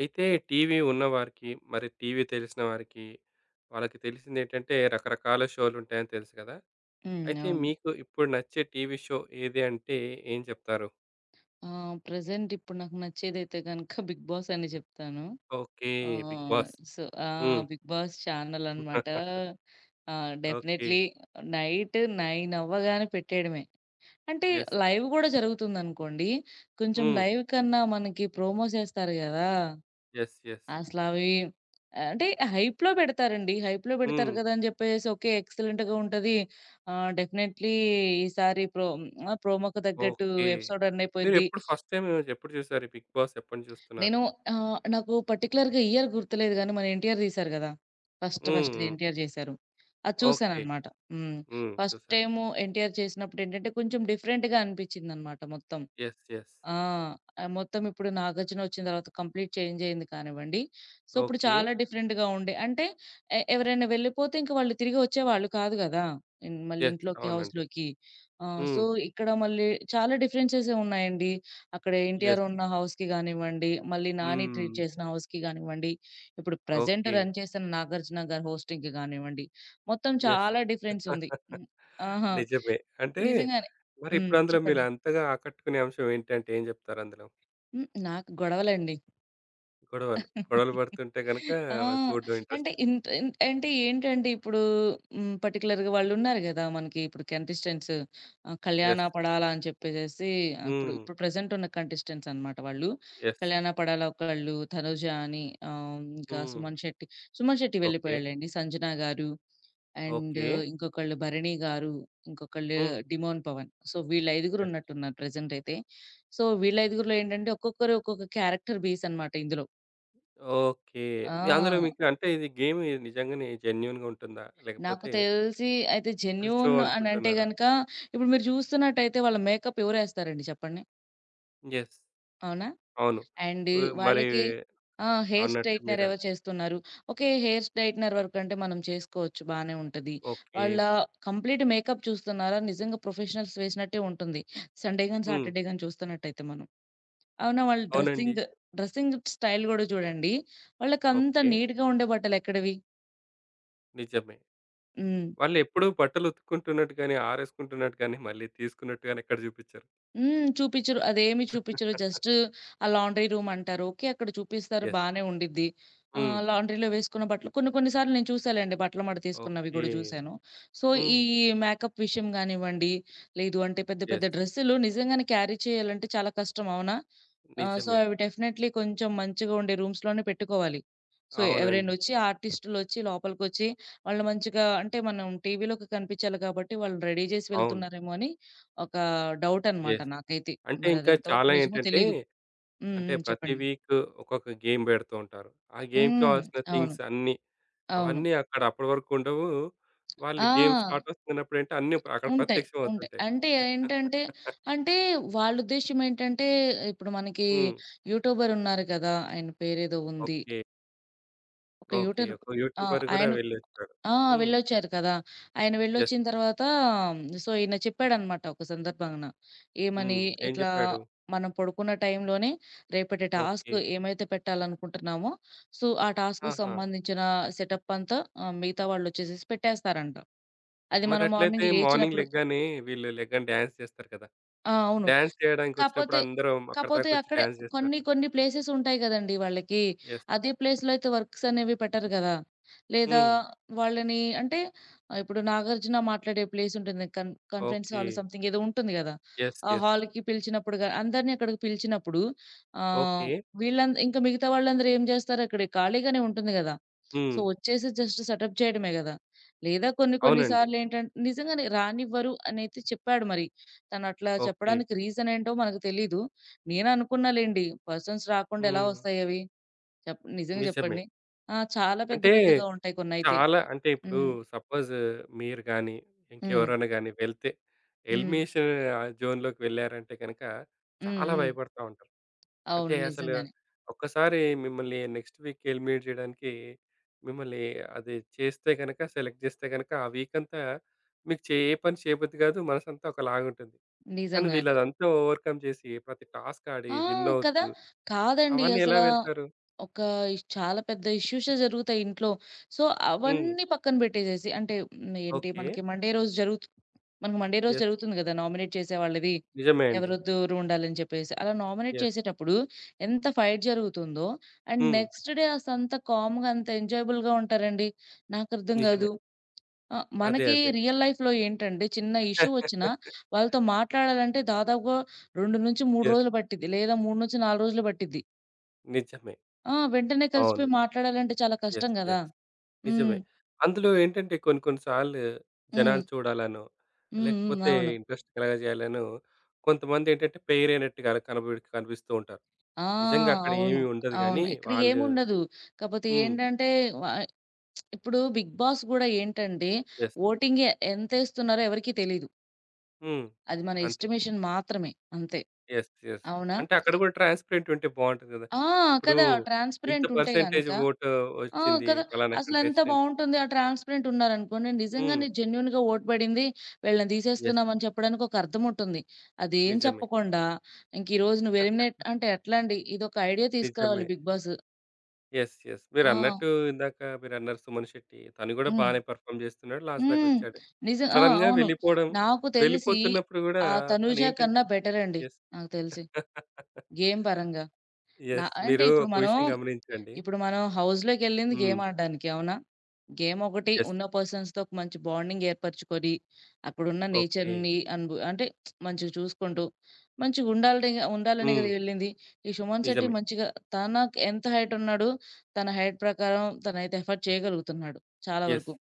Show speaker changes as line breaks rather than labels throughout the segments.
అయితే టీవీ ఉన్నవారికి, మరి టీవీ తెలిసిన వారికి, వాళ్ళకి తెలిసిందేంటంటే రకరకాల షోలుంటాయని తెలుసు కదా!
హ్మ్.
అయితే
అవును.
మీకు ఇప్పుడు నచ్చే టీవీ షో ఏది అంటే ఏం చెప్తారు?
ప్రెజెంట్ ఇప్పుడు నాకు నచ్చేదైతే గనక 'బిగ్ బాస్' అని చెప్తాను.
Okay. 'Big
uh,
boss.'
So, ఆ
హ్మ్.
'బిగ్ బాస్' ఛానల్ అనమాట.
ఓకే.
డెఫినైట్లీ నైట్ 9 అవ్వగానే పెట్టేయడమే. అంటే
యెస్.
లైవ్ గూడా జరుగుతుందనుకోండి. కొంచెం
హ్మ్.
లైవ్ కన్నా మనకి ప్రోమోస్ ఏస్తారు గదా!
యెస్. యెస్.
అసలు అవి అంటే హైప్‌లో పెడతారండి. హైప్‌లో పెడతారు
హ్మ్.
కదా అని చెప్పేసేసి, ఓకే, ఎక్సలెంట్‌గా ఉంటది. డెఫినైట్లీ ఈసారి ప్రోమోకి తగ్గట్టు
ఓకే.
ఎపిసోడ్ రన్ అయిపోద్ది.
మీరెప్పుడు ఫస్ట్ టైమ్ ఎప్పుడు చూసారు? ఈ 'బిగ్ బాస్' ఎప్పటినుంచి చూస్తున్నారు?
నేను నాకు పర్టిక్యులర్‌గా ఇయర్ గుర్తులేదు గానీ, మన ఎన్టీఆర్ తీశారు గదా! ఫస్ట్
హ్మ్.
ఫస్ట్‌ది
హ్మ్.
ఎన్టీఆర్ చేశారు. అది
ఓకే.
చూసాననమాట. హ్మ్.
హ్మ్.
ఫస్ట్
చూసారు.
టైము ఎన్టీఆర్ చేసినప్పుడేంటంటే, కొంచెం డిఫరెంట్‌గా అనిపించిందనమాట మొత్తం.
యెస్. యెస్.
ఆ! మొత్తం ఇప్పుడు 'నాగార్జున' వచ్చిన తర్వాత కంప్లీట్ చేంజ్ అయింది కానివ్వండి. సో, ఇప్పుడు
ఓకే.
చాలా డిఫరెంట్‌గా ఉండే అంటే ఎవరైనా వెళ్ళిపోతే ఇంక వాళ్ళు తిరిగి వచ్చేవాళ్ళు కాదు గదా! మళ్ళీ
యెస్.
ఇంట్లోకి,
అవునండి.
హౌస్‌లోకి. ఆ! సో,
హ్మ్.
ఇక్కడ చాలా డిఫరెన్సెసే ఉన్నాయండి. అక్కడ 'ఎన్టీఆర్'
యెస్.
ఉన్న హౌస్‌కి గానివ్వండి, మళ్ళీ 'నాని'
హ్మ్.
ట్రీట్ చేసిన హౌస్‌కి గానివ్వండి, ఇప్పుడు ప్రెజెంట్
ఓకే.
రన్ చేస్తున్న 'నాగార్జున' గారి హోస్టింగ్‌కి గానివ్వండి, మొత్తం
యెస్.
చాలా డిఫరెన్స్ ఉంది. హ్మ్. ఆహా!
నిజమే. అంటే
నిజంగానే. హ్మ్.
మరిప్పుడు అందులో మీరు
చెప్పండి.
అంతగా ఆకట్టుకునే అంశం ఏంటంటే ఏం జెప్తారు అందులో?
హ్మ్. నాకు గొడవలండి.
గొడవలు. గొడవలు పడుతుంటే గనక
ఆ!
చూడడం
అంటే
ఇంట్రెస్ట్.
ఇంత ఇన్ అంటే ఏంటంటే ఇప్పుడు హ్మ్. పర్టిక్యులర్‌గా వాళ్ళున్నారు గదా! మనకి ఇప్పుడు కంటెస్టెంట్స్ కల్యాణ
యెస్.
పడాలా అని చెప్పేసేసి ఆహ్, ఇప్పుడు
హ్మ్.
ఇప్పుడు ప్రెజెంట్ ఉన్న కంటెస్టెంట్స్ అన్నమాట వాళ్ళు.
యెస్.
కల్యాణ పడాల ఒకళ్ళు, తనుజ అని, ఇంకా
హ్మ్.
సుమన్ శెట్టి, సుమన్ శెట్టి
ఓకే.
వెళ్ళిపోయాడులెండి. సంజన గారు, అండ్
ఓకే.
ఇంకొకళ్ళు భరణి గారు, ఇంకొకళ్ళు
హ్మ్.
డిమోన్ పవన్. సో, వీళ్ళు ఐదుగురు
యెస్.
ఉన్నట్టున్నారు ప్రెజెంట్ అయితే. సో, వీళ్ళ ఐదుగురిలో ఏంటంటే ఒక్కొక్కరు ఒక్కొక్క క్యారెక్టర్ బేస్ అన్నమాట ఇందులో.
ఓకే. మీ అందులో
ఆ!
మీకు అంటే ఇది గేమ్ నిజంగానే జెన్యూన్‌గా ఉంటుందా?
నాకు
లేకపోతే
తెలిసి అయితే
అది షో
జెన్యూన్ అనంటే
అనుకుంటున్నారా?
గనక, ఇప్పుడు మీరు చూస్తున్నట్టయితే వాళ్ళ మేకప్ ఎవరేస్తారండి చెప్పండి?
యెస్.
అవునా?
అవును.
అండ్
మరి
వాళ్ళకి ఆ! హెయిర్
అన్నట్టు
స్ట్రెయిట్‌నర్
మీరు
ఎవరు చేస్తున్నారు? ఓకే. హెయిర్ స్ట్రెయిట్‌నర్ వరకంటే మనం చేసుకోవచ్చు బానే ఉంటది.
ఓకే.
వాళ్ళ కంప్లీట్ మేకప్ చూస్తున్నారా? నిజంగా ప్రొఫెషనల్స్ వేసినట్టే ఉంటుంది సండే గాని,
హ్మ్.
సాటర్‌డే గాని చూస్తున్నట్టయితే మనం. అవునా? వాళ్ళ
అవునండి.
డ్రెస్సింగ్ స్టైల్ గూడా చూడండి. వాళ్ళకంత
ఓకే.
నీట్‌గా ఉండే బట్టలెక్కడివి?
నిజమే.
హ్మ్.
వాళ్ళెప్పుడూ బట్టలు ఉతుక్కుంటున్నట్టు గాని, ఆరేసుకుంటున్నట్టు గాని, మళ్ళీ తీసుకున్నట్టు గాని ఎక్కడ చూపిచ్చరు.
హ్మ్. చూపిచ్చరు. అదేమి చూపిచ్చరు. జస్ట్ ఆ లాండ్రీ రూమ్ అంటారు. ఓకే. అక్కడ చూపిస్తారు
యెస్.
బానే ఉండిద్ది.
హ్మ్.
లాండ్రీలో వేసుకున్న బట్టలు కొన్ని కొన్ని సార్లు నేను చూసాలెండి, బట్టల మడత తీసుకున్నవి
ఓకే.
గూడా చూసాను. సో, ఈ
హ్మ్.
మేకప్ విషయం గానివ్వండి, లేదు అంటే పెద్ద పెద్ద
యెస్.
డ్రెస్సులు నిజంగానే క్యారీ చేయాలంటే చాలా కష్టం, అవునా? సో,
నిజమే.
అవి డెఫినైట్‌లీ కొంచెం మంచిగా ఉండే రూమ్స్‌లోనే పెట్టుకోవాలి. సో,
అవునండి. హ్మ్.
ఆర్టిస్టులొచ్చి లోపలికొచ్చి వాళ్ళు మంచిగా అంటే మనం టీవీలో కనిపిచ్చాలి కాబట్టి వాళ్ళు రెడీ జేసి
అవును.
వెళ్తున్నారేమో అని ఒక డౌటనమాట
యెస్.
నాకైతే.
అంటే ఇంకా
మరది ఎంతవరకు
చాలా
నిజమో
ఏంటంటే,
తెలీదు. హ్మ్.
అంటే
హ్మ్.
ప్రతి
చెప్పండి.
వీక్ ఒక్కొక్క గేమ్ పెడుతూ ఉంటారు. ఆ గేమ్‌కి
హ్మ్.
కావాల్సిన
అవును.
థింగ్స్ అన్నీ,
అవును.
అవన్నీ అక్కడ అప్పటి వరకు ఉండవు. వాళ్ళు
ఆ!
గేమ్ స్టార్ట్ అవుతున్నప్పుడు ఏంటి అన్నీ అక్కడ
ఉంటాయి.
ప్రత్యక్షం
ఉంటాయి.
అవుతుంటాయి.
అంటే ఏంటంటే, అంటే వాళ్ళ ఉద్దేశ్యం ఏంటంటే, ఇప్పుడు మనకి
హ్మ్.
యూట్యూబర్ ఉన్నారు కదా! ఆయన పేరేదో ఉంది.
ఓకే.
ఒక
ఓకే.
యూటర్
ఒక
ఆ!
యూట్యూబర్ గూడా
ఆయన
వెళ్ళొచ్చాడు.
ఆ!
హ్మ్.
వెళ్ళొచ్చారు కదా! ఆయన
యెస్.
వెళ్ళొచ్చిన తర్వాత సో, ఈయన చెప్పాడనమాట ఒక సందర్భాన. ఏమని,
హ్మ్. ఏం
ఇట్లా
జెప్పాడు?
మనం పడుకున్న టైంలోనే రేపటి టాస్క్
ఓకే.
ఏమైతే పెట్టాలనుకుంటున్నామో, సో, ఆ టాస్క్‌కి
ఆహా!
సంబంధించిన సెటప్ అంతా మిగతా వాళ్ళొచ్చేసేసి పెట్టేస్తారంట. అది మనం
మరట్లయితే
మార్నింగ్
మార్నింగ్
లేచినప్పుడు
లెగ్గానే వీళ్ళు లెగ్గానే డాన్స్ చేస్తారు కదా!
ఆ! అవును.
డాన్స్ చేయడానికొచ్చినప్పుడు
కాపోతే,
అందరూ అక్కడి
కాపోతే
దాకొచ్చి
అక్కడే
డాన్స్
కొన్ని
చేస్తారు.
కొన్ని ప్లేసెస్ ఉంటాయి గదండీ వాళ్ళకి.
యెస్.
అదే ప్లేస్‌లో అయితే వర్క్స్ అనేవి పెట్టరు గదా! లేదా
హ్మ్.
వాళ్ళని అంటే ఇప్పుడు 'నాగార్జున' మాట్లాడే ప్లేస్ ఉంటుంది. Conference
okay.
హాల్ సంథింగ్ ఏదో ఉంటుంది గదా!
యెస్.
ఆ
యెస్.
హాల్‌కి పిలిచినప్పుడు గా అందరిని అక్కడికి పిలిచినప్పుడు, ఆహ్,
ఓకే.
వీళ్ళంద ఇంకా మిగతా వాళ్ళందరూ ఏం జేస్తారు, అక్కడ ఖాళీగానే ఉంటుంది గదా!
హ్మ్.
సో, వచ్చేసి జస్ట్ సెటప్ చేయడమే గదా! లేదా కొన్ని కొన్ని
అవునండి.
సార్లేంటంటే నిజంగానే రానివ్వరు అనైతే చెప్పాడు మరి. తనట్లా
ఓకే.
చెప్పడానికి రీజన్ ఏంటో మనకు తెలీదు. నేననుకున్నా లెండి. పర్సన్స్ రాకుండా ఎలా
హ్మ్.
వస్తాయవి? నిజంగా
నిజమే.
చెప్పండి. ఆ! చాలా పెద్ద
అంటే
పెద్దగా ఉంటాయి కొన్నైతే.
చాలా అంటే ఇప్పుడు
హ్మ్.
సపోజ్ మీరు గాని,
హ్మ్.
ఇంకెవరైనా గాని వెళ్తే
హ్మ్.
ఎలిమినేషన్ జోన్‌లోకి వెళ్లారంటే గనక
హ్మ్.
చాలా
హ్మ్.
భయపడతా ఉంటారు. అంటే
అవును.
అసలు
నిజంగానే.
ఒక్కసారి మిమ్మల్ని నెక్స్ట్ వీక్ ఎలిమినేట్ చేయడానికి మిమ్మల్ని అది చేస్తే గనక సెలెక్ట్ చేస్తే గనక ఆ వీక్ అంతా మీకు ఏ పని చేయబద్ది కాదు. మనసంతా ఒకలాగుంటుంది. కానీ వీళ్ళు
నిజంగానే.
అదంతా ఓవర్‌కమ్ చేసి ప్రతి టాస్క్ ఆడి
ఆ!
విన్
కదా!
అవుతూ
కాదండి.
అవన్నీ ఎలా
అసలా
వెళ్తారు?
ఒక ఇష్ చాలా పెద్ద ఇష్యూసే జరుగుతాయి ఇంట్లో. సో,
హ్మ్.
అవన్నీ పక్కన పెట్టేసేసి అంటే హ్మ్. ఏంటి
ఓకే.
మనకి మండే రోజు జరుగుతు మనకు మండే రోజు
యెస్.
జరుగుతుంది కదా! నామినేట్ చేసే వాళ్ళది.
నిజమే అండి.
ఎవరు దూరం ఉండాలని చెప్పేసి. అలా నామినేట్
యెస్.
చేసేటప్పుడు ఎంత ఫైట్ జరుగుతుందో, అండ్
హ్మ్.
నెక్స్ట్ డే అసంత కామ్‌గా అంత ఎంజాయబుల్‌గా ఉంటారండి. నాకర్థం
నిజమే.
కాదు. ఆ!
అదే.
మనకి
అదే.
రియల్ లైఫ్‌లో ఏంటంటే చిన్న ఇష్యూ వచ్చినా వాళ్ళతో మాట్లాడాలంటే దాదాపుగా 2-3
యెస్.
రోజులు పట్టిద్ది. లేదా 3-4 రోజులు పట్టిద్ది.
నిజమే.
ఆ! వెంటనే
అవును.
కలిసిపోయి మాట్లాడాలంటే చాలా కష్టం
యెస్.
గదా!
యెస్.
హ్మ్.
నిజమే. అందులో ఏంటంటే కొన్ని కొన్ని సార్లు
హ్మ్.
జనాలు చూడాలనో,
హ్మ్. హ్మ్.
లేకపోతే
అవును.
ఇంట్రెస్ట్ కలగజేయాలనో కొంతమందేంటంటే పెయిరైనట్టుగా కనబడి కనిపిస్తూ ఉంటారు.
ఆ!
నిజంగా అక్కడ
అవును.
ఏమి ఉండదు
అవును.
గానీ
ఇక్కడ
వాళ్ళు
ఏముండదు. కాపోతే
హ్మ్.
ఏంటంటే వ ఇప్పుడు 'బిగ్ బాస్' గూడా ఏంటంటే
యెస్.
ఓటింగే ఎంతేస్తున్నారో ఎవరికీ తెలీదు.
హ్మ్.
అది మన
అంతే.
ఎస్టిమేషన్ మాత్రమే. అంతే.
యెస్. యెస్.
అవునా?
అంటే అక్కడ గూడా ట్రాన్స్‌పరెంట్ ఉంటే బావుంటది గదా!
ఆ!
ఇప్పుడు
కదా!
ఇంత
ట్రాన్స్‌పరెంట్ ఉంటే
పర్సెంటేజ్
గనక,
ఓటు
ఆ!
వచ్చింది
కదా!
పలానా
అసలెంత
కంటెస్టెంట్‌కి.
బావుంటుంది. ఆ ట్రాన్స్‌పరెంట్ ఉన్నారనుకోండి,
హ్మ్.
నిజంగానే జెన్యూన్‌గా ఓటు పడింది, వీళ్ళని
యెస్.
తీసేస్తున్నామని చెప్పడానికి ఒక అర్థం ఉంటుంది. అదేం
నిజమే.
చెప్పకుండా, ఇంక ఈరోజు నువ్వు ఎలిమినేట్ అంటే ఎట్లా అండి? ఇదొక ఐడియా
నిజమే.
తీసుకురావాలి 'బిగ్ బాస్'.
యెస్. యెస్.
ఆ!
మీరన్నట్టు ఇందాక మీరన్నారు 'సుమన్ శెట్టి' తను గూడా
హ్మ్.
బానే పెర్ఫార్మ్ జేస్తున్నాడు. లాస్ట్ దాకా
హ్మ్.
వచ్చాడు.
నిజం. ఆ!
సడెన్‌గా
అవును.
వెళ్ళిపోవడం
నాకు తెలిసి
వెళ్ళిపోతున్నప్పుడు గూడా
ఆ 'తనుజ'
తనేంటంటే
కన్నా బెటరండి
యెస్. యెస్.
నాకు తెలిసి, గేమ్ పరంగా. నా అంటే
మీరు
ఇప్పుడు
ఒక
మనం
విషయం గమనించండి.
ఇప్పుడు మనం హౌస్‌లోకెళ్ళింది
హ్మ్.
గేమ్ ఆడడానికి, అవునా? గేమ్ ఒకటి,
యెస్.
ఉన్న పర్సన్స్‌తో ఒక మంచి బాండింగ్ ఏర్పరచుకొని, అక్కడున్న
ఓకే.
నేచర్‌ని అనుభ అంటే మంచిగా చూసుకుంటూ, మంచిగుండాలనే ఉండాలనే
హ్మ్.
కదా వెళ్ళింది. ఈ సుమన్ శెట్టి
నిజమే.
మంచిగా, తనకి ఎంత హైట్ ఉన్నాడో, తన హైట్ ప్రకారం తనైతే ఎఫర్ట్ చేయగలుగుతున్నాడు చాలా
యెస్.
వరకు.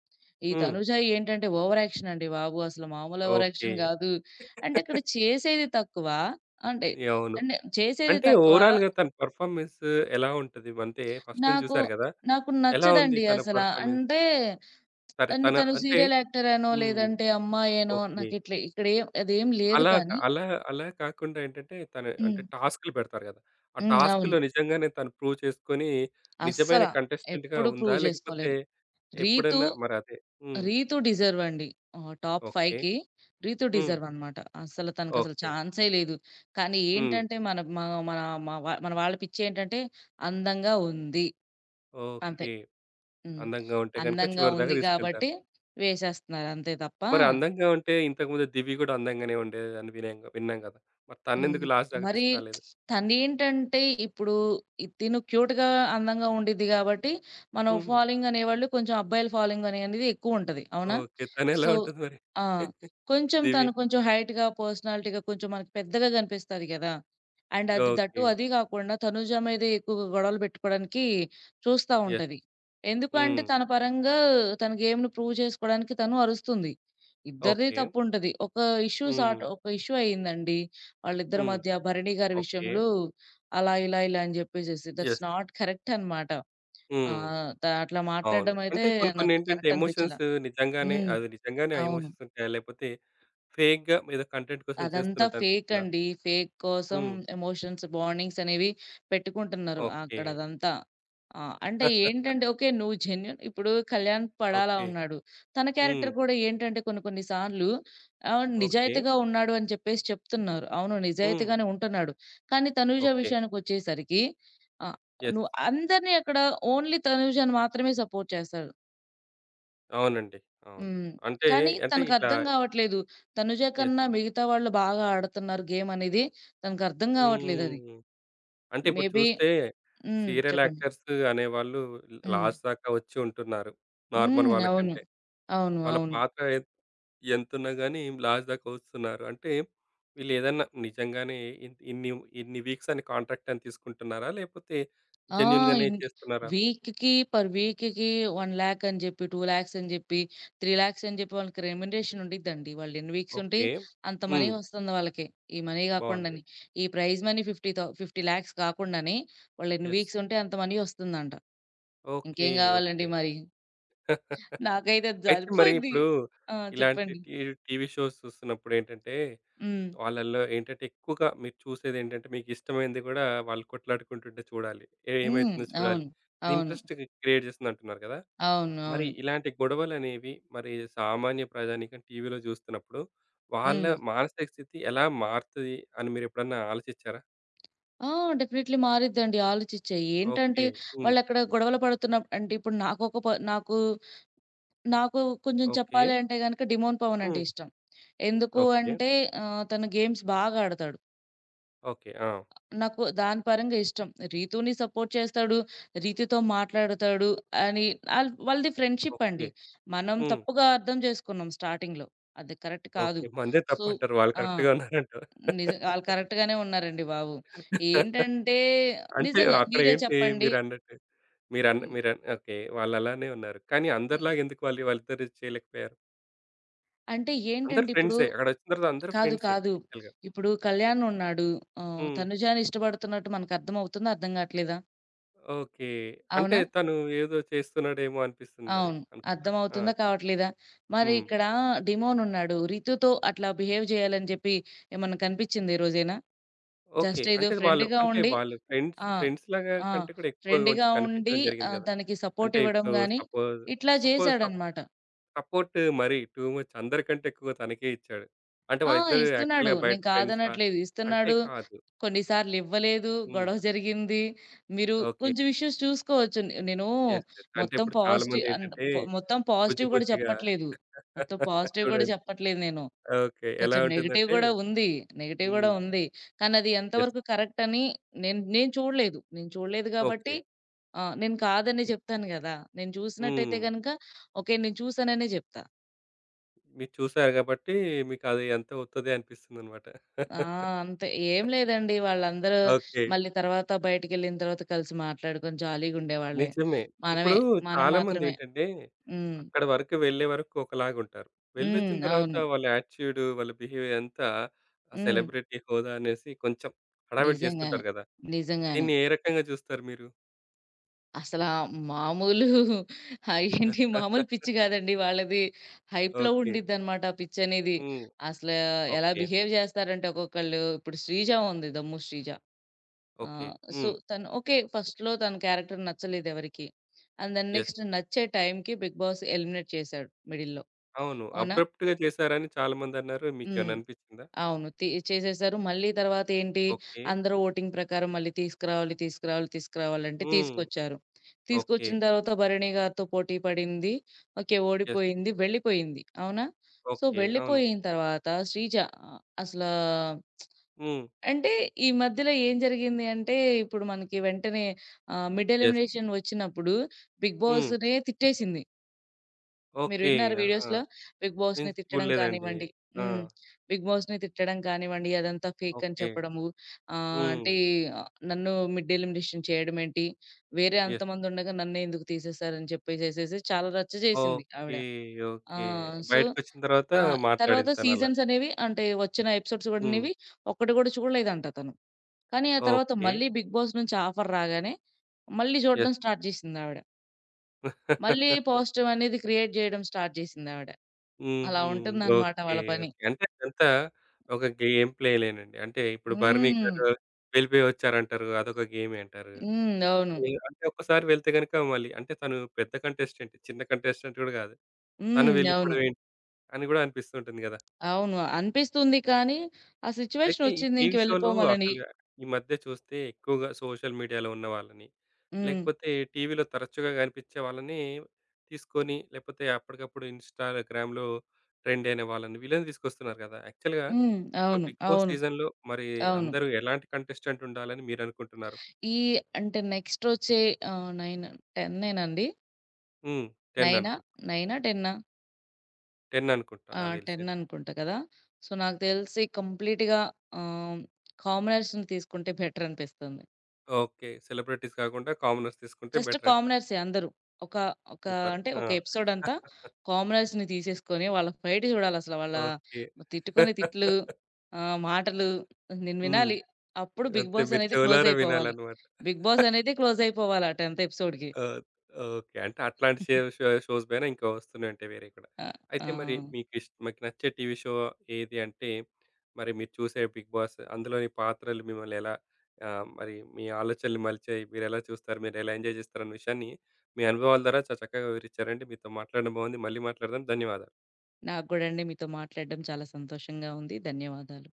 ఈ
హ్మ్.
తనుజ ఏంటంటే ఓవర్ యాక్షన్ అండి బాబు! అసలు మామూలు ఓవర్
ఓకే.
యాక్షన్ గాదు. అంటే ఇక్కడ చేసేది తక్కువ. అంటే
యా, అవును.
అంటే చేసేది
అంటే
తక్కువ.
ఓవరాల్‌గా తన పెర్ఫార్మెన్స్ ఎలా ఉంటది? అంటే ఫస్ట్ నుంచి
నాకు
చూసారు గదా!
నాకు
ఎలా ఉంది
నచ్చదండి
తన
అసల.
పెర్ఫార్మెన్స్?
అంటే,
సరే
అంటే
తన
తను
అంటే
సీరియల్ యాక్టర్ అనో,
హ్మ్.
లేదంటే అమ్మాయేనో
ఓకే.
నాకిట్లా ఇక్కడేం అదేం లేదు
అలా
కానీ
అలా అలా కాకుండా ఏంటంటే తను అంటే
హ్మ్.
టాస్క్‌లు పెడతారు గదా! ఆ
హ్మ్. అవును.
టాస్క్‌లో నిజంగానే తను ప్రూవ్ చేసుకొని నిజమైన
అస్సల
కంటెస్టెంట్‌గా
ఎప్పుడు
ఉందా?
ప్రూవ్
లేకపోతే
చేసుకోలేదు. రీతు,
ఎప్పుడన్నా మరి అదే హ్మ్.
రీతు డిజర్వ్ అండి. Top
okay.
5కి రీతు
హ్మ్.
డిజర్వ్ అన్నమాట. అసలు తనకసలు
ఓకే.
ఛాన్సే లేదు. కానీ
హ్మ్.
ఏంటంటే మన మ మన వాళ్ళ పిచ్చేంటంటే అందంగా ఉంది. అంతే.
ఓకే.
హ్మ్.
అందంగా ఉంటే గనుక
అందంగా
చివరి దాకా
ఉంది
తీసుకెళ్తారు.
కాబట్టి వేసేస్తున్నారు అంతే తప్ప.
మరి అందంగా ఉంటే ఇంతకుముందు 'దివి' గూడా అందంగానే ఉండేదని విన్నాం గదా! మరి
హ్మ్.
తనెందుకు లాస్ట్ దాకా
మరి
తీసుకురాలేదు?
తనేంటంటే ఇప్పుడు తిను క్యూట్‌గా, అందంగా ఉండిద్ది గాబట్టి, మనం
హ్మ్.
ఫాలోయింగ్ అనేవాళ్ళు కొంచెం అబ్బాయిల ఫాలోయింగ్ అనే అనేది ఎక్కువుంటది. అవునా?
ఓకే. తనెలా
సో,
ఉంటుంది మరి?
ఆ! కొంచెం
'దివి'
తను కొంచెం హైట్‌గా, పర్సనాలిటీగా కొంచెం మనకి పెద్దగా గనిపిస్తది గదా! అండ్ అది దట్టు
ఓకే.
అది గాకుండా తనుజ మీదే ఎక్కువగా గొడవలు పెట్టుకోవడానికి చూస్తా
యెస్.
ఉంటది. ఎందుకు అంటే
హ్మ్.
తన పరంగా తన గేమ్‌ని ప్రూవ్ చేసుకోవడానికి తను అరుస్తుంది. ఇద్దరిది
ఓకే.
తప్పుంటది. ఒక ఇష్యూ
హ్మ్.
సార్ట్ ఒక ఇష్యూ అయిందండి వాళ్ళిద్దరి
హ్మ్.
మధ్య 'భరణి' గారి
ఓకే.
విషయంలో. అలా, ఇలా, ఇలా అని జెప్పేసేసి దట్స్
యెస్.
నాట్ కరెక్ట్ అనమాట.
హ్మ్.
ఆహ్, త అట్లా
అవును.
మాట్లాడడం అయితే
అంటే కొన్ని కొన్ని
నాకు
ఏంటంటే
కరెక్ట్
ఎమోషన్స్
అనిపిచ్చలా.
నిజంగానే
హ్మ్.
అది నిజంగానే ఆ
అవును.
ఎమోషన్స్ ఉంటాయా? లేకపోతే ఫేక్‌గా ఏదో కంటెంట్ కోసం
అదంతా
చేస్తున్నట్టు అనిపిస్తుందా?
ఫేకండి. ఫేక్ కోసం
హ్మ్.
ఎమోషన్స్, బాండింగ్స్ అనేవి పెట్టుకుంటున్నారు
ఓకే.
అక్కడ అదంతా. ఆ! అంటే ఏంటంటే ఓకే. నువ్వు జెన్యూన్ ఇప్పుడు 'కళ్యాణ్ పడాలా'
ఓకే.
ఉన్నాడు, తన
హ్మ్.
క్యారెక్టర్ కూడా ఏంటంటే కొన్ని కొన్ని సార్లు
ఓకే.
నిజాయితీగా ఉన్నాడు అని చెప్పేసి చెప్తున్నారు. అవును.
హ్మ్.
నిజాయితీగానే ఉంటున్నాడు. కానీ తనూజ
ఓకే.
విషయానికొచ్చేసరికి ఆహ్,
యెస్.
నువ్వు అందరిని అక్కడ ఓన్లీ తనూజని మాత్రమే సపోర్ట్ చేస్తాడు.
అవునండి. అవును.
హ్మ్.
అంటే,
కానీ
అంటే ఇట్లా
తనకర్థం గావట్లేదు. 'తనుజ'
యెస్.
కన్నా మిగతా వాళ్ళు బాగా ఆడుతున్నారు గేమ్ అనేది తనకర్థం గావట్లేదది.
హ్మ్. అంటే ఇప్పుడు
మేబీ
చూస్తే
హ్మ్.
సీరియల్
చెప్పండి.
యాక్టర్స్ అనేవాళ్ళు
హ్మ్.
లాస్ట్ దాకా వచ్చి ఉంటున్నారు. నార్మల్
హ్మ్. అవును.
వాళ్ళకంటే.
అవును.
వాళ్ళ
అవును.
పాత్ర ఎంతున్నా గాని లాస్ట్ దాకా వస్తున్నారు. అంటే వీళ్ళేదన్నా నిజంగానే ఇన్ ఇన్ని ఇన్ని వీక్స్ అని కాంట్రాక్ట్ అని తీసుకుంటున్నారా? లేపోతే
ఆ!
జెన్యూన్‌గానే
ఇన్
చేస్తున్నారా?
వీక్‌కి పర్ వీక్‌కి 1,00,000 అని జెప్పి, 2,00,000 అని జెప్పి, 3,00,000 అని జెప్పి వాళ్ళకి రెమ్యునరేషన్ ఉండిద్దండి. వాళ్ళు ఎన్ని వీక్స్ ఉంటే
ఓకే.
అంత మనీ
హ్మ్.
వస్తుంది వాళ్ళకి. ఈ మనీ
బావుంది.
గాకుండానే. ఈ ప్రైజ్ మనీ ఫిఫ్టీ థౌ 50,00,000 కాకుండానే వాళ్ళు ఎన్ని
యెస్.
వీక్స్ ఉంటే అంత మనీ వస్తుందంట.
ఓకే.
ఇంకేం గావాలండి
ఓకే.
మరి? నాకైతే అది
అయితే మరి
సరిపోయిద్ది.
ఇప్పుడు
ఆ!
ఇలాంటి
చెప్పండి.
టీవీ షోస్ చూస్తున్నప్పుడేంటంటే,
హ్మ్.
వాళ్ళల్లో ఏంటంటే ఎక్కువగా మీరు చూసేదేంటంటే మీకిష్టమైంది గూడా వాళ్ళు కొట్లాడుకుంటుంటే చూడాలి. ఏ
హ్మ్.
ఏమైతుందో చూడాలి.
అవును.
ఇది
అవును.
ఇంట్రెస్ట్ క్రియేట్ చేస్తుందంటున్నారు కదా!
అవును.
మరి
అవును.
ఇలాంటి గొడవలనేవి మరి సామాన్య ప్రజానీకం టీవీలో చూస్తున్నప్పుడు, వాళ్ళ
హ్మ్.
మానసిక స్థితి ఎలా మారుతది అని మీరెప్పుడన్నా ఆలోచించారా?
ఆ! డెఫినైట్‌లీ మారిద్దండి. ఆలోచిచ్చాయి.
ఓకే.
ఏంటంటే
హ్మ్.
వాళ్ళక్కడ గొడవలు పడుతున్న అంటే ఇప్పుడు నాకొక ప నాకు, నాకు కొంచెం
ఓకే.
చెప్పాలి అంటే గనక డిమోన్ పవన్ అంటే
హ్మ్.
ఇష్టం. ఎందుకు
ఓకే.
అంటే తను గేమ్స్ బాగా ఆడతాడు.
ఓకే. ఆ!
నాకు దాని పరంగా ఇష్టం. రీతూని సపోర్ట్ చేస్తాడు. రీతూతో మాట్లాడతాడు అని, ఆల్ వాళ్ళది ఫ్రెండ్‌షిప్
ఓకే.
అండి. మనం
హ్మ్.
తప్పుగా అర్థం చేసుకున్నాం స్టార్టింగ్‌లో. అది కరెక్ట్ కాదు.
ఓకే. మందే
సో
తప్పంటారు. వాళ్ళు
ఆ!
కరెక్ట్‌గా ఉన్నారంటావు.
ఆళ్ళు కరెక్ట్‌గానే ఉన్నారండి బాబు. ఏంటంటే
అంటే
నిజంగా మీరే
అక్కడేంటి
చెప్పండి.
మీరన్నట్టు మీరన్న
హ్మ్.
మీరన్ ఓకే. వాళ్ళలానే ఉన్నారు. కానీ
హ్మ్.
అందరిలాగా ఎందుకు వాళ్ళు వాళ్ళిద్దరు చేయలేకపోయారు?
అంటే
అందరూ
ఏంటండి ఇప్పుడు
ఫ్రెండ్సే. అక్కడొచ్చిన తర్వాత అందరూ
కాదు.
ఫ్రెండ్సే
కాదు.
యాక్చువల్‌గా.
ఇప్పుడు కళ్యాణ్ ఉన్నాడు.
హ్మ్.
తనుజాని ఇష్టపడుతున్నట్టు మనకు అర్థమవుతుందా? అర్థం కావట్లేదా?
ఓకే. అంటే
అవునా?
తను ఏదో చేస్తున్నాడేమో అనిపిస్తుంది మరి
అవును.
అనుకుంటా. ఆ!
అర్థమవుతుందా? కావట్లేదా? మరి
హ్మ్.
ఇక్కడ డిమోనున్నాడు. రితుతో అట్లా బిహేవ్ జేయాలని జెప్పి ఏమన్నా కనిపిచ్చిందా ఈ రోజైనా?
ఓకే.
జస్ట్ ఏదో
అంటే వాళ్ళు
ఫ్రెండ్‌గా
అంటే
ఉండి
వాళ్ళు ఫ్రెండ్స్
ఆ!
ఫ్రెండ్స్ లాగా
ఆ!
కంటే కూడా ఎక్కువగా కొంచెం
ఫ్రెండ్‌గా ఉండి
కనిపించడం జరిగింది గదా!
తనకి సపోర్ట్
అంటే
ఇవ్వడం
ఇప్పుడు
గాని,
సపోజ్
ఇట్లా
సపోజ్ సప్
జేశాడనమాట.
సపోర్ట్ మరి టూ మచ్ అందరికంటే ఎక్కువ తనకే ఇచ్చాడు. అంటే
ఆ!
వాళ్ళిద్దరూ
ఇస్తున్నాడు.
యాక్చువల్‌గా బయట
నేను
ఫ్రెండ్సా?
కాదనట్లేదు.
అంటే
ఇస్తున్నాడు.
కాదు.
కొన్నిసార్లు ఇవ్వలేదు.
హ్మ్.
గొడవ జరిగింది. మీరు
ఓకే.
కొంచెం ఇష్యూస్ చూసుకోవచ్చు. నేను
యెస్. యెస్. అంటే
మొత్తం
ఇప్పుడు చాలా
పాజిటివ్ అండ్
మందేంటంటే
పొ మొత్తం
బుజ్జి
పాజిటివ్ కూడా
బుజ్జిగా
చెప్పట్లేదు. మొత్తం పాజిటివ్ కూడా
చూడండి.
చెప్పట్లేదు నేను.
ఓకే. ఎలా
కొంచెం నెగెటివ్
ఉంటుందంటే
గూడా ఉంది. నెగెటివ్ గూడా
హ్మ్.
ఉంది. కానీ అది
యెస్.
ఎంతవరకు కరెక్ట్ అని నేను నేను చూడలేదు. నేను చూడలేదు
ఓకే.
గాబట్టి నేను కాదనే చెప్తాను గదా! నేను చూసినట్టయితే
హ్మ్.
గనక ఓకే. నేను చూసాననే జెప్తా.
మీరు చూసారు గాబట్టి, మీకది ఎంత ఉత్తదే అనిపిస్తుందనమాట.
ఆ! అంతే. ఏం లేదండి. వాళ్ళందరూ
ఓకే.
మళ్ళీ తర్వాత బయటికెళ్ళిన తర్వాత కలిసి మాట్లాడుకొని జాలీగుండేవాళ్ళే.
నిజమే. ఇప్పుడు
మనమే, మనం మాత్రమే.
చాలామందేంటంటే,
హ్మ్.
అక్కడి వరకు వెళ్ళే వరకు ఒకలాగుంటారు.
హ్మ్.
వెళ్ళొచ్చిన తర్వాత
అవును.
వాళ్ళ యాటిట్యూడ్, వాళ్ళ బిహేవియర్ అంతా ఆ
హ్మ్.
సెలబ్రిటీ హోదా అనేసి కొంచెం హడావిడి
నిజంగానే.
చేస్తుంటారు గదా!
నిజంగానే.
దీన్ని ఏ రకంగా చూస్తారు మీరు?
అసలా మామూలు ఏంటి మామూలు పిచ్చి కాదండి వాళ్ళది. హైప్‌లో
ఓకే.
ఉండిద్దనమాట ఆ పిచ్చనేది.
హ్మ్.
అసలు ఎలా
ఓకే.
బిహేవ్ జేస్తారంటే ఒక్కొక్కళ్ళు, ఇప్పుడు 'శ్రీజ' ఉంది. 'దమ్ము శ్రీజ.' ఆ!
ఓకే.
సో,
హ్మ్.
తను ఓకే. ఫస్ట్‌లో తన క్యారెక్టర్ నచ్చలేదెవరికీ. And then
yes.
నెక్స్ట్ నచ్చే టైంకి 'బిగ్ బాస్' ఎలిమినేట్ చేశాడు మిడిల్‌లో.
అవును.
అవునా?
అబ్రప్ట్‌గా చేశారని చాలామందన్నారు.
హ్మ్.
మీకేమన్నా అనిపిచ్చిందా?
అవును. చేసేసారు. మళ్ళీ తర్వాతేంటి,
ఓకే.
అందరూ ఓటింగ్ ప్రకారం మళ్ళీ తీసుకురావాలి, తీసుకురావాలి, తీసుకురావాలంటే
హ్మ్.
తీసుకొచ్చారు.
ఓకే.
తీసుకొచ్చిన తర్వాత భరణి గారితో పోటీ పడింది. ఓకే.
యెస్.
ఓడిపోయింది. వెళ్ళిపోయింది. అవునా? So,
okay. అవును.
వెళ్ళిపోయిన తర్వాత శ్రీజ అసలా
హ్మ్.
అంటే ఈ మధ్యలో ఏం జరిగింది అంటే, ఇప్పుడు మనకి వెంటనే మిడ్
యెస్.
ఎలిమినేషన్ వచ్చినప్పుడు 'బిగ్
హ్మ్.
బాస్‌నే' తిట్టేసింది. మీరు
ఓకే.
విన్నారా
ఆహా!
వీడియోస్‌లో? 'బిగ్
నేను
బాస్‌ని' తిట్టడం
చూడలేదండి.
కానివ్వండి
ఆ!
హ్మ్. 'బిగ్ బాస్‌ని' తిట్టడం కానివ్వండి, అదంతా ఫేక్ అని
ఓకే.
చెప్పడము.
హ్మ్.
అంటే నన్ను మిడ్ ఎలిమినేషన్ చేయడం ఏంటి? వేరే
యెస్.
అంతమంది ఉండగా నన్నే ఎందుకు తీసేసారని చెప్పేసేసేసి చాలా రచ్చ చేసింది
ఓకే.
ఆవిడ. ఆ!
ఓకే.
సో,
బయటకొచ్చిన తర్వాత
ఆ! తర్వాత
మాట్లాడింది తనలా.
సీజన్స్ అనేవి అంటే వచ్చిన ఎపిసోడ్స్
హ్మ్.
కూడానివి ఒక్కటి కూడా చూడలేదంట తను. కానీ ఆ తర్వాత
ఓకే.
మళ్ళీ 'బిగ్ బాస్' నుంచి ఆఫర్ రాగానే, మళ్ళీ చూడడం
యెస్.
స్టార్ట్ చేసిందావిడ. మళ్ళీ పాజిటివ్ అనేది క్రియేట్ చేయడం స్టార్ట్ చేసిందావిడ. అలా
హుహు.
ఉంటుందన్నమాట
ఓకే.
వాళ్ళ పని.
ఓకే. అంటే అదంతా ఒక గేమ్ ప్లే లేనండి. అంటే ఇప్పుడు 'భరణి'
హ్మ్.
గారు వెళ్ళిపోయి వచ్చారంటారు. అదొక గేమే అంటారు.
హ్మ్. అవును.
ఈ అంటే ఒక్కసారి వెళ్తే గనుక మళ్ళీ అంటే తను పెద్ద కంటెస్టెంట్. చిన్న కంటెస్టెంట్ గూడా గాదు. తను
హ్మ్. అవును.
వెళ్ళిపోవడం ఏంటి? అని గూడా అనిపిస్తుంటుంది గదా!
అవును. అనిపిస్తుంది కానీ, ఆ
అయితే
సిట్యుయేషన్
ఈ
వచ్చింది ఇంక
టీవీ షోలో
వెళ్ళిపోమలని.
అసలు ఈ మధ్య చూస్తే ఎక్కువగా సోషల్ మీడియాలో ఉన్న వాళ్ళని,
హ్మ్.
లేకపోతే టీవీలో తరచుగా కనిపించే వాళ్ళని తీసుకొని, లేకపోతే అప్పటికప్పుడు ఇన్‌స్టాగ్రామ్‌లో ట్రెండ్ అయిన వాళ్ళని, వీళ్ళని తీసుకొస్తున్నారు గదా! యాక్చువల్‌గా
హ్మ్.
ఒక
అవును.
'బిగ్ బాస్'
అవును.
సీజన్‌లో మరి
అవును.
అందరూ ఎలాంటి కంటెస్టెంట్ ఉండాలని మీరనుకుంటున్నారు?
ఈ అంటే నెక్స్ట్ వచ్చే 9, 10 నండి.
హ్మ్. 10
9ఆ?
అనుకుంటా.
9ఆ? 10ఆ?
10 అనుకుంటా
ఆ!
నాకు
10
తెలిసైతే.
అనుకుంటా కదా! సో, నాకు తెలిసి కంప్లీట్‌గా ఆహ్, కామనర్స్‌ని తీసుకుంటే బెటర్ అనిపిస్తుంది.
ఓకే. సెలబ్రిటీస్ కాకుండా కామనర్స్ తీసుకుంటే
జస్ట్
బెటర్ అంటారు.
కామనర్సే అందరూ. ఒక ఒక
సూపర్.
అంటే
ఆ!
ఒక ఎపిసోడ్ అంతా కామనర్స్‌ని తీసేసుకొని వాళ్ళ ఫైట్ చూడాలసల. వాళ్ళ
ఓకే.
తిట్టుకునే తిట్లు, మాటలు నేను
హ్మ్.
వినాలి. అప్పుడు 'బిగ్
అంతే.
బాస్'
మీరు
అనేది క్లోజ్
చెవులారా
అయిపోవాలి.
వినాలన్నమాట.
'బిగ్ బాస్' అనేది క్లోజ్ అయిపోవాలి ఆ 10థ్ ఎపిసోడ్‌కి.
ఓహ్! ఓకే. అంటే అట్లాంటి షే షో షోస్ పైన ఇంకా వస్తున్నాయి ఉంటాయి వేరే కూడా.
ఆ! ఆ!
అయితే మరి మీకిష్ మీకు నచ్చే టీవీ షో ఏది అంటే, మరి మీరు చూసే 'బిగ్ బాస్' అందులోని పాత్రలు మిమ్మల్ని ఎలా మరి మీ ఆలోచనలు మలిచాయి? మీరెలా చూస్తారు? మీరెలా ఎంజాయ్ చేస్తారన్న విషయాన్ని మీ అనుభవాల ద్వారా చాలా చక్కగా వివరించారండి. మీతో మాట్లాడడం బాగుంది. మళ్ళీ మాట్లాడదాం. ధన్యవాదాలు.
నాకు గూడా అండి మీతో మాట్లాడడం చాలా సంతోషంగా ఉంది. ధన్యవాదాలు.